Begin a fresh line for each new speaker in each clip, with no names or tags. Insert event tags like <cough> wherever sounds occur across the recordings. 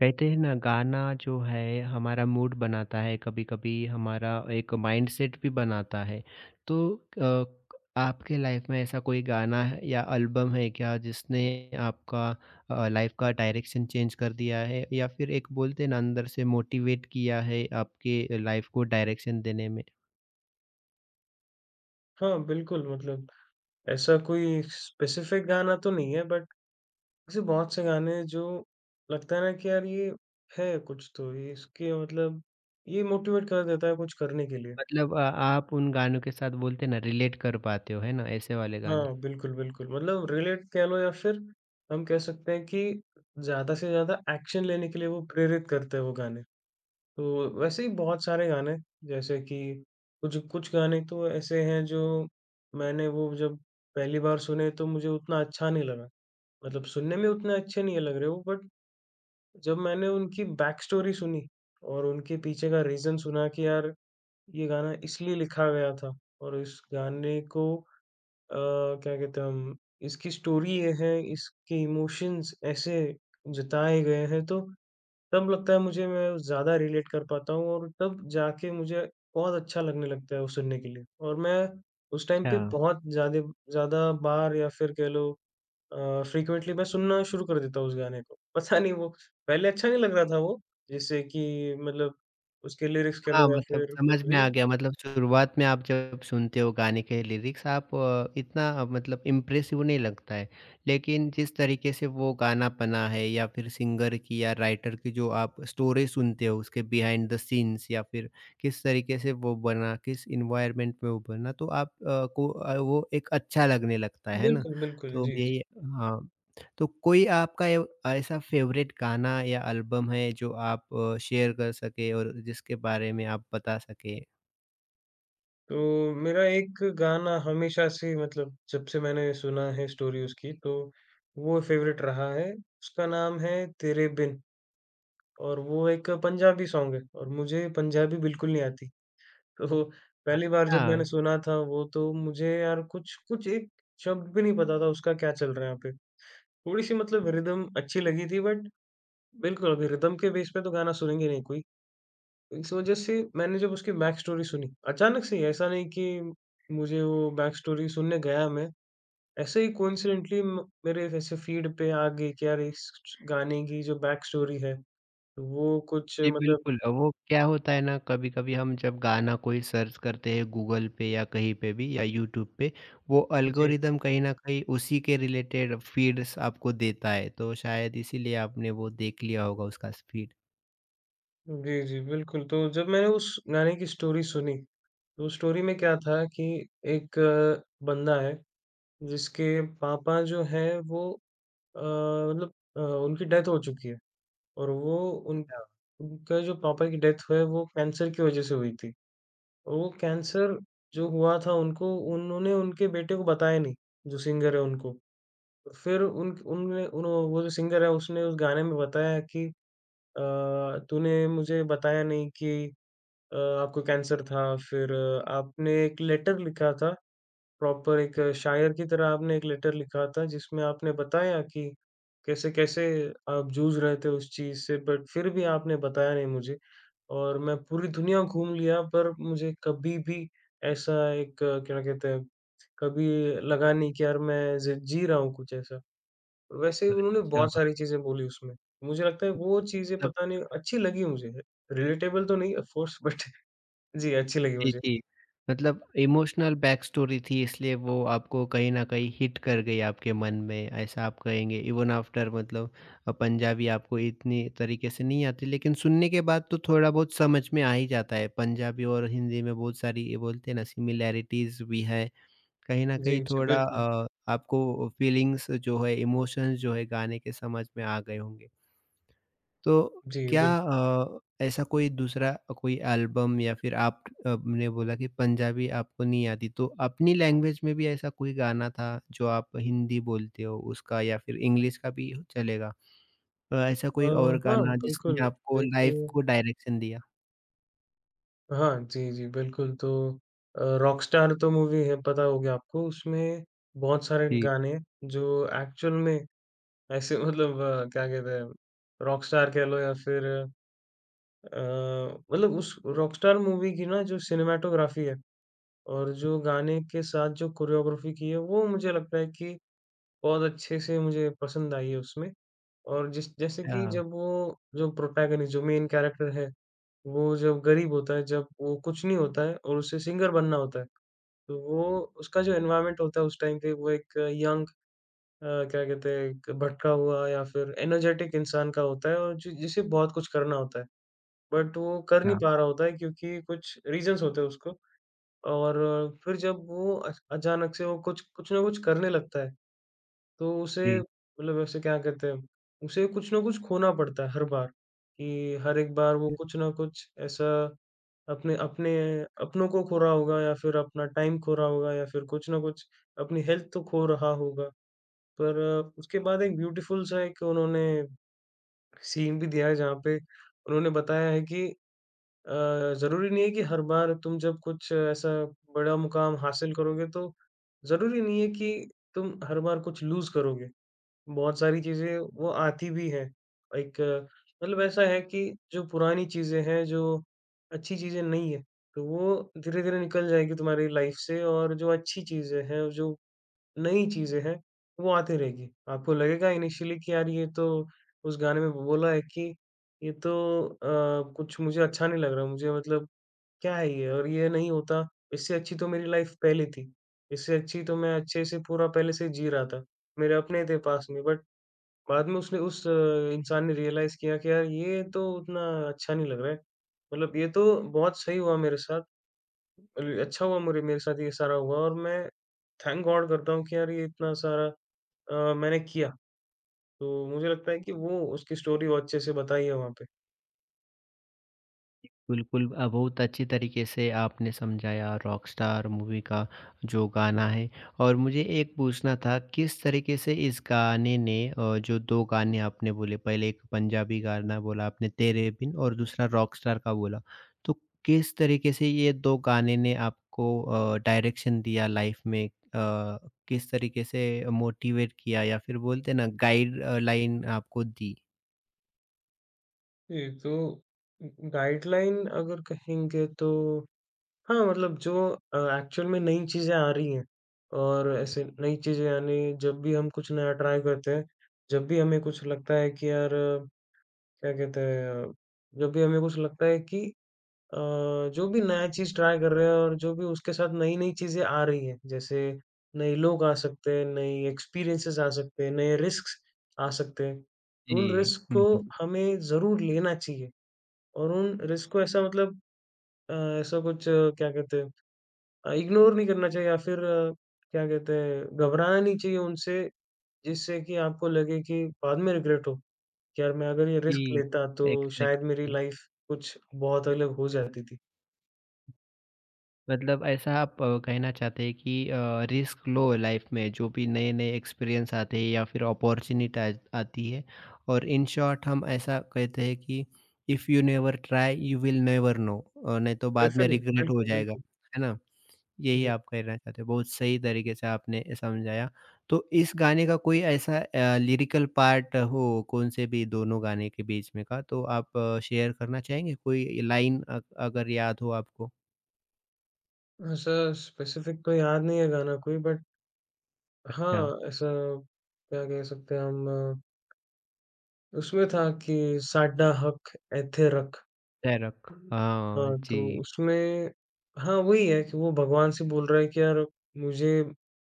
कहते हैं ना गाना जो है हमारा मूड बनाता है कभी-कभी हमारा एक माइंडसेट भी बनाता है। तो अ, आपके लाइफ में ऐसा कोई गाना है या एल्बम है क्या जिसने आपका लाइफ का डायरेक्शन चेंज कर दिया है? या फिर एक बोलते हैं ना अंदर से मोटिवेट किया है आपके लाइफ को डायरेक्शन देने में?
हाँ, बिल्कुल मतलब ऐसा कोई स्पेसिफ़िक गाना तो नहीं है बट ऐसे बहुत से गाने हैं, जो लगता है ना कि यार ये है कुछ तो, ये इसके मतलब ये मोटिवेट कर देता है कुछ करने के लिए।
मतलब आप उन गानों के साथ बोलते हैं ना रिलेट कर पाते हो, है ना? ऐसे वाले गाने।
हाँ, बिल्कुल, बिल्कुल मतलब रिलेट कह लो या फिर हम कह सकते हैं कि ज़्यादा से ज़्यादा एक्शन लेने के लिए वो प्रेरित करते हैं वो गाने। तो वैसे ही बहुत सारे गाने, जैसे कि कुछ कुछ गाने तो ऐसे हैं जो मैंने वो जब पहली बार सुने तो मुझे उतना अच्छा नहीं लगा। मतलब सुनने में उतने अच्छे नहीं लग रहे वो, बट जब मैंने उनकी बैक स्टोरी सुनी और उनके पीछे का रीज़न सुना कि यार ये गाना इसलिए लिखा गया था, और इस गाने को अ, क्या कहते हैं हम, इसकी स्टोरी ये है, इसके इमोशंस ऐसे जताए गए हैं, तो तब लगता है मुझे मैं ज़्यादा रिलेट कर पाता हूँ, और तब जाके मुझे बहुत अच्छा लगने लगता है वो सुनने के लिए, और मैं उस टाइम
अच्छा।
पे बहुत ज़्यादा ज़्यादा बार या फिर कह लो फ्रीक्वेंटली मैं सुनना शुरू कर देता हूँ उस गाने को। पता नहीं वो पहले अच्छा नहीं लग रहा था वो, जैसे कि मतलब उसके लिरिक्स कह
हाँ,
लो या
मतलब
फिर कुछ
समझ में
भी।
आ गया, मतलब शुरुआत में आप जब सुनते हो गाने के लिरिक्स आप इतना मतलब इम्प्रेसिव नहीं लगता है। लेकिन जिस तरीके से वो गाना बना है या फिर सिंगर की या राइटर की जो आप स्टोरी सुनते हो उसके बिहाइंड द सीन्स या फिर किस तरीके से वो बना, किस एनवायरनमेंट में वो बना तो आप वो एक अच्छा लगने लगता है ना?
बिल्कुल, बिल्कुल।
तो
जी, जी।
यही। हाँ। तो कोई आपका ए ऐसा फ़ेवरेट गाना या एल्बम है जो आप शेयर कर सकें और जिसके बारे में आप बता सकें?
तो मेरा एक गाना हमेशा से, मतलब जब से मैंने सुना है स्टोरी उसकी, तो वो फ़ेवरेट रहा है। उसका नाम है तेरे बिन, और वो एक पंजाबी सॉन्ग है, और मुझे पंजाबी बिल्कुल नहीं आती। तो पहली बार जब
अच्छा,
मैंने सुना था वो, तो मुझे यार कुछ कुछ एक शब्द भी नहीं पता था उसका, क्या चल रहा है यहाँ पे। थोड़ी-सी मतलब रिदम अच्छी लगी थी, बट बिल्कुल अभी रिदम के बेस पे तो गाना सुनेंगे नहीं कोई। इस वजह से मैंने जब उसकी बैक स्टोरी सुनी, अचानक से ही, ऐसा नहीं कि मुझे वो बैक स्टोरी सुनने गया मैं, ऐसे ही कोइंसिडेंटली म मेरे ऐसे फीड पे आ गई कि यार इस गाने की जो बैक स्टोरी है, तो वो कुछ
जी
मतलब।
बिल्कुल। वो क्या होता है ना, कभी-कभी हम जब गाना कोई सर्च करते हैं गूगल पे या कहीं पे भी या यूट्यूब पे, वो
जी।
एल्गोरिदम कहीं न कहीं उसी के रिलेटेड फ़ीड्स आपको देता है, तो शायद इसीलिए आपने वो देख लिया होगा उसका स फ़ीड।
जी, जी, बिल्कुल। तो जब मैंने उस गाने की स्टोरी सुनी, तो स्टोरी में क्या था कि एक बंदा है, जिसके पापा जो हैं वो मतलब अ, उनकी डेथ हो चुकी है, और वो उन उनका जो पापा की डेथ हुआ है वो कैंसर की वज़ह से हुई थी। और वो कैंसर जो हुआ था उनको, उन्होंने उनके बेटे को बताया नहीं, जो सिंगर है उनको। फिर उन उनने उन वो जो सिंगर है उसने उस गाने में बताया कि अ, तूने मुझे बताया नहीं कि अ, आपको कैंसर था, फिर आपने एक लेटर लिखा था, प्रॉपर एक शायर की तरह आपने एक लेटर लिखा था, जिसमें आपने बताया कि कैसे-कैसे आप जूझ रहे थे उस चीज़ से, बट फिर भी आपने बताया नहीं मुझे, और मैं पूरी दुनिया घूम लिया पर मुझे कभी भी ऐसा एक क्या कहते हैं, कभी लगा नहीं कि यार मैं ज़ि जी रहा हूँ कुछ ऐसा। और वैसे ही
अच्छा,
उन्होंने
अच्छा।
बहुत
मतलब
सारी चीज़ें बोली उसमें। मुझे लगता है वो चीज़ें पता नहीं अच्छी लगी मुझे, रिलेटेबल तो नहीं ऑफ कोर्स, बट <laughs> जी, अच्छी लगी
जी,
मुझे।
जी। मतलब इमोशनल बैक स्टोरी थी इसलिए वो आपको कहीं न कहीं हिट कर गई आपके मन में, ऐसा आप कहेंगे। इवन आफ्टर, मतलब पंजाबी आपको इतनी तरीके से नहीं आती, लेकिन सुनने के बाद तो थोड़ा बहुत समझ में आ ही जाता है। पंजाबी और हिंदी में बहुत सारी, ये बोलते हैं ना, सिमिलैरिटीज़ भी है। कहीं न
जी,
कहीं
जी,
थोड़ा
बिल्कुल।
आपको फीलिंग्स जो है, इमोशंस जो है गाने के समझ में आ गए होंगे। तो
जी,
क्या
बिल्कुल।
ऐसा कोई दूसरा कोई एल्बम या फिर, आप आपने बोला कि पंजाबी आपको नहीं आती, तो अपनी लैंग्वेज में भी ऐसा कोई गाना था जो आप हिंदी बोलते हो उसका, या फिर इंग्लिश का भी चलेगा? ऐसा
अ,
कोई और
हाँ,
गाना जिसने
बिल्कुल,
आपको लाइफ़
देखिए।
को डायरेक्शन दिया?
हाँ, जी, जी, बिल्कुल, तो रॉकस्टार तो मूवी है, पता हो गया आपको, उसमें बहुत सारे
जी।
गाने, जो एक्चुअल में ऐसे <laughs> मतलब क्या कहते हैं, रॉकस्टार कह लो या फिर अ, मतलब उस रॉकस्टार मूवी की ना जो सिनेमैटोग्राफी है, और जो गाने के साथ जो कोरियोग्राफी की है, वो मुझे लगता है कि बहुत अच्छे से मुझे पसंद आई है उसमें। और जिस जैसे कि
हाँ,
जब वो जो प्रोटैगनिस्ट, जो मेन कैरेक्टर है, वो जब गरीब होता है, जब वो कुछ नहीं होता है और उसे सिंगर बनना होता है, तो वो, उसका जो एनवायरनमेंट होता है उस टाइम पे, वो एक यंग क्या कहते हैं, एक भटका हुआ या फिर एनर्जेटिक इंसान का होता है, और जि जिसे बहुत कुछ करना होता है। बट वो कर नहीं
हाँ।
पा रहा होता है क्योंकि कुछ रीज़न्स होते हैं उसको। और फिर जब वो अच अचानक से वो कुछ कुछ ना कुछ करने लगता है, तो उसे
जी।
मतलब, ऐसे क्या कहते हैं, उसे कुछ ना कुछ खोना पड़ता है हर बार, कि हर एक बार वो कुछ ना कुछ ऐसा अपने अपने अपनों को खो रहा होगा या फिर अपना टाइम खो रहा होगा या फिर कुछ ना कुछ अपनी हेल्थ तो खो रहा होगा। पर उसके बाद एक ब्यूटीफुल सा एक उन्होंने सीन भी दिया है, जहाँ पे उन्होंने बताया है कि ज़रूरी नहीं है कि हर बार तुम जब कुछ ऐसा बड़ा मुकाम हासिल करोगे तो ज़रूरी नहीं है कि तुम हर बार कुछ लूज़ करोगे। बहुत सारी चीज़ें वो आती भी हैं। एक मतलब ऐसा है कि जो पुरानी चीज़ें हैं, जो अच्छी चीज़ें नहीं हैं, तो वो धीरे-धीरे निकल जाएगी तुम्हारी लाइफ़ से, और जो अच्छी चीज़ें हैं और जो नई चीज़ें हैं, वो आती रहेगी। आपको लगेगा इनिशियली कि यार ये तो, उस गाने में बोला है कि ये तो कुछ मुझे अच्छा नहीं लग रहा, मुझे मतलब क्या है ये, और ये नहीं होता, इससे अच्छी तो मेरी लाइफ़ पहले थी। इससे अच्छी तो मैं अच्छे से पूरा पहले से जी रहा था। मेरे अपने थे पास में, बट बाद में उसने उस अ, इंसान ने रियलाइज़ किया कि यार ये तो उतना अच्छा नहीं लग रहा है। मतलब ये तो बहुत सही हुआ मेरे साथ, अच्छा हुआ मेरे मेरे साथ ये सारा हुआ, और मैं थैंक गॉड करता हूँ कि यार ये इतना सारा मैंने किया। तो मुझे लगता है कि वो उसकी स्टोरी वो अच्छे से बताई है वहाँ पे।
बिल्कुल, बहुत अच्छी तरीके से आपने समझाया रॉकस्टार मूवी का जो गाना है। और मुझे एक पूछना था, किस तरीके से इस गाने ने, जो 2 गाने आपने बोले, पहले एक पंजाबी गाना बोला आपने तेरे बिन और दूसरा रॉकस्टार का बोला। तो किस तरीके से ये 2 गाने ने आपको डायरेक्शन दिया लाइफ में? किस तरीके से मोटिवेट किया, या फिर बोलते हैं ना गाइड लाइन आपको दी?
जी, तो गाइडलाइन अगर कहेंगे तो हाँ, मतलब जो एक्चुअल में नई चीज़ें आ रही हैं, और ऐसे नई चीज़ें, यानी जब भी हम कुछ नया ट्राई करते हैं, जब भी हमें कुछ लगता है कि यार क्या कहते हैं, जब भी हमें कुछ लगता है कि अ, जो भी नया चीज़ ट्राई कर रहे हैं और जो भी उसके साथ नई-नई चीज़ें आ रही हैं, जैसे नए लोग आ सकते हैं, नई एक्सपीरियंसेस आ सकते हैं, नए रिस्क्स आ सकते हैं, तो उन
जी।
रिस्क को
हुँ, हुँ।
हमें ज़रूर लेना चाहिए, और उन रिस्क को ऐसा मतलब अ, ऐसा कुछ क्या कहते हैं, इग्नोर नहीं करना चाहिए या फिर क्या कहते हैं, घबराना नहीं चाहिए उनसे, जिससे कि आपको लगे कि बाद में रिग्रेट हो कि यार मैं अगर ये रिस्क
जी,
लेता तो शायद मेरी
एक्ज़ैक्टली।
लाइफ कुछ बहुत अलग हो जाती थी।
मतलब ऐसा आप कहना चाहते हैं कि रिस्क लो लाइफ में, जो भी नए नए एक्सपीरियंस आते हैं या फिर अपॉर्चुनिटी आती है। और इन शॉर्ट हम ऐसा कहते हैं कि if you never try you will never know, नहीं तो बाद में
डेफ़िनिटली,
रिग्रेट हो
बिल्कुल,
जाएगा,
बिल्कुल।
है ना? यही
जी।
आप कहना चाहते हो। बहुत सही तरीके से आपने समझाया। तो इस गाने का कोई ऐसा लिरिकल पार्ट हो, कौन से भी दोनों गाने के बीच में का, तो आप शेयर करना चाहेंगे कोई लाइन, अगर याद हो आपको?
ऐसा स्पेसिफ़िक तो याद नहीं है गाना कोई, बट
अच्छा,
हाँ, ऐसा क्या कह सकते हैं हम, उसमें था कि साडा हक एथे रख।
डायरक,
हुँ।
हाँ
हाँ, तो
जी।
उसमें, हाँ, वही है कि वो भगवान से बोल रहा है कि यार मुझे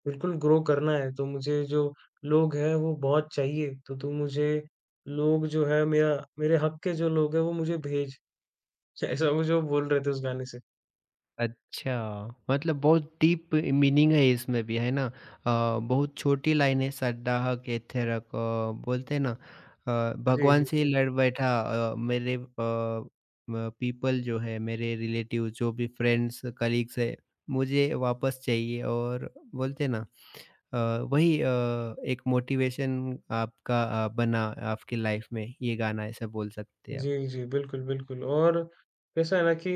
बिल्कुल ग्रो करना है, तो मुझे जो लोग हैं वो बहुत चाहिए, तो तू मुझे लोग जो है, मेरा मेरे हक के जो लोग हैं वो मुझे भेज। <laughs> ऐसा वो जो बोल रहे थे उस गाने से।
अच्छा, मतलब बहुत डीप मीनिंग है इसमें भी, है ना? बहुत छोटी लाइन है, सद्दाह के थेरक, बोलते हैं ना,
जी, जी,
भगवान से ही
बिल्कुल।
लड़ बैठा। मेरे अ, म पीपल जो है, मेरे रिलेटिव जो भी, फ्रेंड्स, कलीग्स है, मुझे वापस चाहिए, और बोलते हैं ना अ, वही अ, एक मोटिवेशन आपका बना आपकी लाइफ में, ये गाना, ऐसा बोल सकते हैं आप।
जी, जी, बिल्कुल, बिल्कुल। और कैसा है ना कि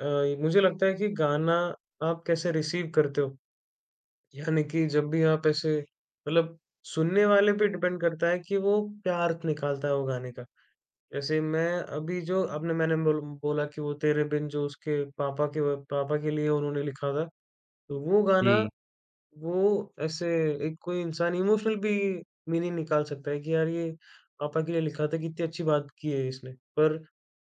मुझे लगता है कि गाना आप कैसे रिसीव करते हो, यानी कि जब भी आप ऐसे, मतलब सुनने वाले पे डिपेंड करता है कि वो क्या अर्थ निकालता है वो गाने का। जैसे मैं अभी जो आपने मैंने बोला कि वो तेरे बिन जो उसके पापा के व पापा के लिए उन्होंने लिखा था, तो वो गाना,
जी,
वो ऐसे, एक कोई इंसान इमोशनल भी मीनिंग निकाल सकता है कि यार ये पापा के लिए लिखा था, कितनी अच्छी बात की है इसने। पर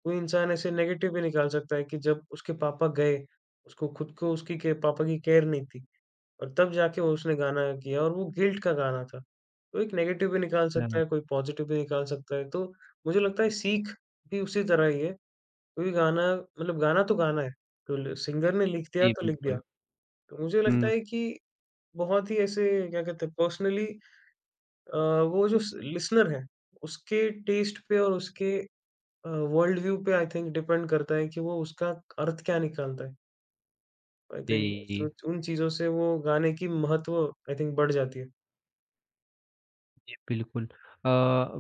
कोई इंसान ऐसे नेगेटिव भी निकाल सकता है कि जब उसके पापा गए, उसको, खुद को, उसकी के पापा की केयर नहीं थी। और तब जाके वो, उसने गाना किया और वो गिल्ट का गाना था। तो एक नेगेटिव भी निकाल
हाँ,
सकता है, कोई पॉज़िटिव भी निकाल सकता है। तो मुझे लगता है सीख भी उसी तरह ही है, क्योंकि गाना मतलब गाना तो गाना है। तो ल सिंगर ने
जी
लिख दिया।
बिल्कुल।
तो मुझे लगता
हुँ,
है कि बहुत ही ऐसे, क्या कहते हैं, पर्सनली, अ, वो जो स लिसनर है, उसके टेस्ट पे और उसके वर्ल्ड व्यू पे, आई थिंक, डिपेंड करता है कि वो उसका अर्थ क्या निकालता है। आई थिंक सो
जी।
उन चीज़ों से वो गाने की महत्व, आई थिंक, बढ़ जाती है।
जी, बिल्कुल।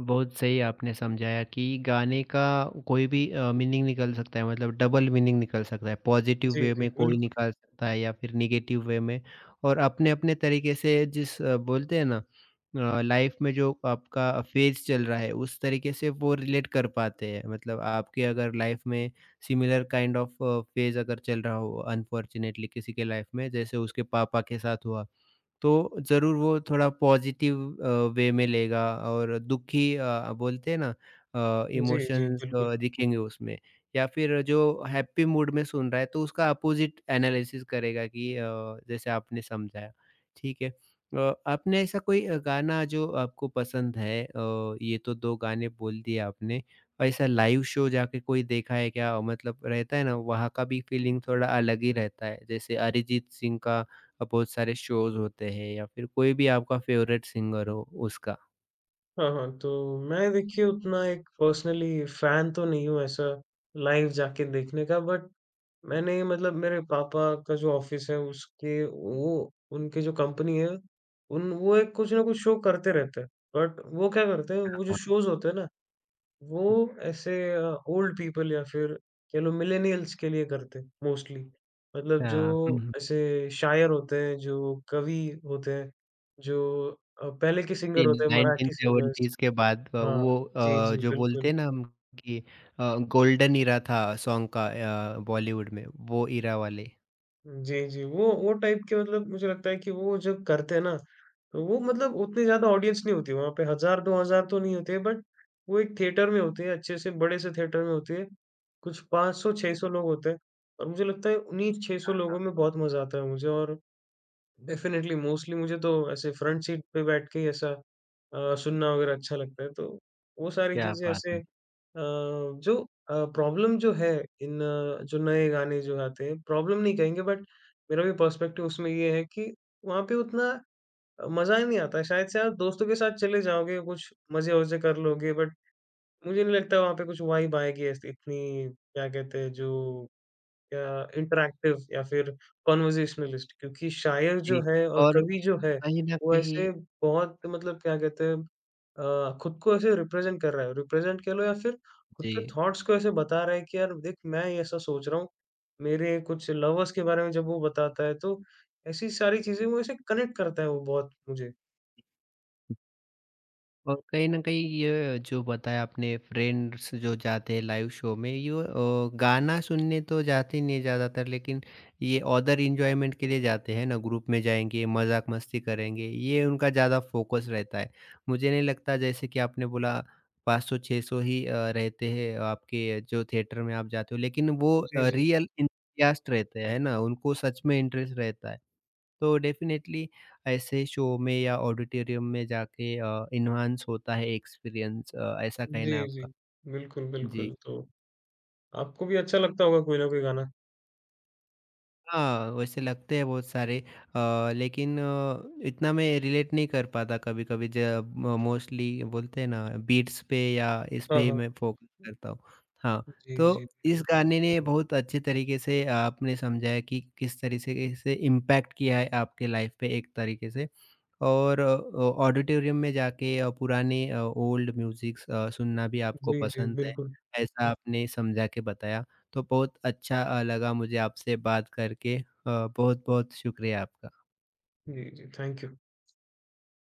बहुत सही आपने समझाया कि गाने का कोई भी मीनिंग निकल सकता है, मतलब डबल मीनिंग निकल सकता है। पॉज़िटिव
जी,
वे
जी,
में
बिल्कुल।
कोई निकाल सकता है या फिर नेगेटिव वे में। और अपने-अपने तरीके से जिस बोलते हैं ना, लाइफ़ में जो आपका फेज़ चल रहा है उस तरीके से वो रिलेट कर पाते हैं। मतलब आपके अगर लाइफ़ में सिमिलर काइंड ऑफ फेज़ अगर चल रहा हो, अनफॉर्चुनेटली, किसी के लाइफ़ में जैसे उसके पापा के साथ हुआ, तो ज़रूर वो थोड़ा पॉजिटिव अ, वे में लेगा, और दुखी बोलते हैं ना,
जी, जी,
इमोशंस
बिल्कुल।
दिखेंगे उसमें। या फिर जो हैप्पी मूड में सुन रहा है तो उसका अपोजिट एनालिसिस करेगा, कि जैसे आपने समझाया। ठीक है, आपने ऐसा कोई गाना जो आपको पसंद है, ये तो दो गाने बोल दिए आपने। ऐसा लाइव शो जाके कोई देखा है क्या? मतलब रहता है ना, वहाँ का भी फीलिंग थोड़ा अलग ही रहता है, जैसे अरिजीत सिंह का बहुत सारे शोज़ होते हैं, या फिर कोई भी आपका फ़ेवरेट सिंगर हो उसका?
हाँ, हाँ, तो मैं, देखिए, उतना एक पर्सनली फ़ैन तो नहीं हूँ ऐसा लाइव जाके देखने का, बट मैंने मतलब मेरे पापा का जो ऑफ़िस है, उसके वो, उनके जो कंपनी है, उन वो एक कुछ ना कुछ शो करते रहते हैं। बट वो क्या करते हैं, वो जो
हाँ।
शोज़ होते हैं ना, वो ऐसे ओल्ड पीपल या फिर कह लो मिलेनियल्स के लिए करते मोस्टली, मतलब जो
हाँ, हुँ, हुँ।
ऐसे शायर होते हैं, जो कवि होते हैं, जो पहले के सिंगर
जी,
होते हैं, मराठी सिंगर्स।
1970s के बाद
हाँ। जी, जी,
जो बोलते
बिल्कुल।
हैं ना हम, कि गोल्डन ईरा था सॉन्ग का, बॉलीवुड में, वो ईरा वाले।
जी, जी। वो टाइप के, मतलब मुझे लगता है कि वो जब करते हैं ना, तो वो मतलब उतनी ज़्यादा ऑडियंस नहीं होती वहाँ पे, 1000-2000 तो नहीं होते, बट वो एक थिएटर में होती है, अच्छे से बड़े से थिएटर में होती है। कुछ 500-600 लोग होते हैं, और मुझे लगता है उन्हीं 600
हाँ,
लोगों में बहुत मज़ा आता है मुझे। और डेफ़िनेटली मोस्टली मुझे तो ऐसे फ्रंट सीट पे बैठ के ही ऐसा सुनना वगैरह अच्छा लगता है, तो वो सारी
क्या
चीज़ें
बात
ऐसे
है!
जो प्रॉब्लम जो है इन जो नए गाने जो आते हैं, प्रॉब्लम नहीं कहेंगे, बट मेरा भी पर्सपेक्टिव उसमें ये है कि वहाँ पे उतना मज़ा ही नहीं आता है। शायद से आप दोस्तों के साथ चले जाओगे, कुछ मज़े-वज़े कर लोगे, बट मुझे नहीं लगता वहाँ पे कुछ वाइब आएगी ऐसी इतनी, क्या कहते हैं, जो या इंटरैक्टिव या फिर कॉन्वर्सेशनलिस्ट, क्योंकि शायर जो
जी,
है और
और
कवि जो है,
कहीं न
वो
कहीं।
ऐसे बहुत, मतलब क्या कहते हैं, खुद को ऐसे रिप्रेज़ेंट कर रहा है, रिप्रेज़ेंट कह लो या फिर खुद
जी।
के थॉट्स को ऐसे बता रहा है कि यार देख मैं ये ऐसा सोच रहा हूँ। मेरे कुछ लवर्स के बारे में जब वो बताता है, तो ऐसी सारी चीज़ें वो ऐसे कनेक्ट करता है, वो बहुत मुझे।
और कहीं न कहीं ये जो बताया आपने, फ्रेंड्स जो जाते हैं लाइव शो में, ये गाना सुनने तो जाते नहीं हैं ज़्यादातर, लेकिन ये अदर एन्जॉयमेंट के लिए जाते हैं ना, ग्रुप में जाएँगे, मज़ाक मस्ती करेंगे, ये उनका ज़्यादा फ़ोकस रहता है। मुझे नहीं लगता, जैसे कि आपने बोला, 500-600 ही रहते हैं आपके जो थिएटर में आप जाते हो, लेकिन वो
जी, जी।
रियल इंटरेस्ट रहते हैं ना, उनको सच में इंटरेस्ट रहता है। तो डेफ़िनेटली ऐसे शो में या ऑडिटोरियम में जाके इन्हांस होता है एक्सपीरियंस, ऐसा कहना है
जी, जी,
आपका?
बिल्कुल,
जी।
बिल्कुल, तो आपको भी अच्छा लगता होगा कोई ना कोई गाना?
हाँ, वैसे लगते हैं बहुत सारे, लेकिन इतना मैं रिलेट नहीं कर पाता कभी-कभी, जब म मोस्टली बोलते हैं ना, बीट्स पे या इस पे
हाँ,
ही
हाँ।
मैं फ़ोकस करता हूँ। हाँ,
जी, जी,
तो इस
बिल्कुल।
गाने ने बहुत अच्छे तरीके से आपने समझाया कि किस तरीके से इम्पैक्ट किया है आपके लाइफ़ पे एक तरीके से। और ऑडिटोरियम में जाके पुराने ओल्ड म्यूज़िक्स सुनना भी आपको
जी, जी,
पसंद है,
बिल्कुल।
ऐसा आपने समझा के बताया। तो बहुत अच्छा लगा मुझे आपसे बात करके। बहुत-बहुत शुक्रिया आपका।
Thank you.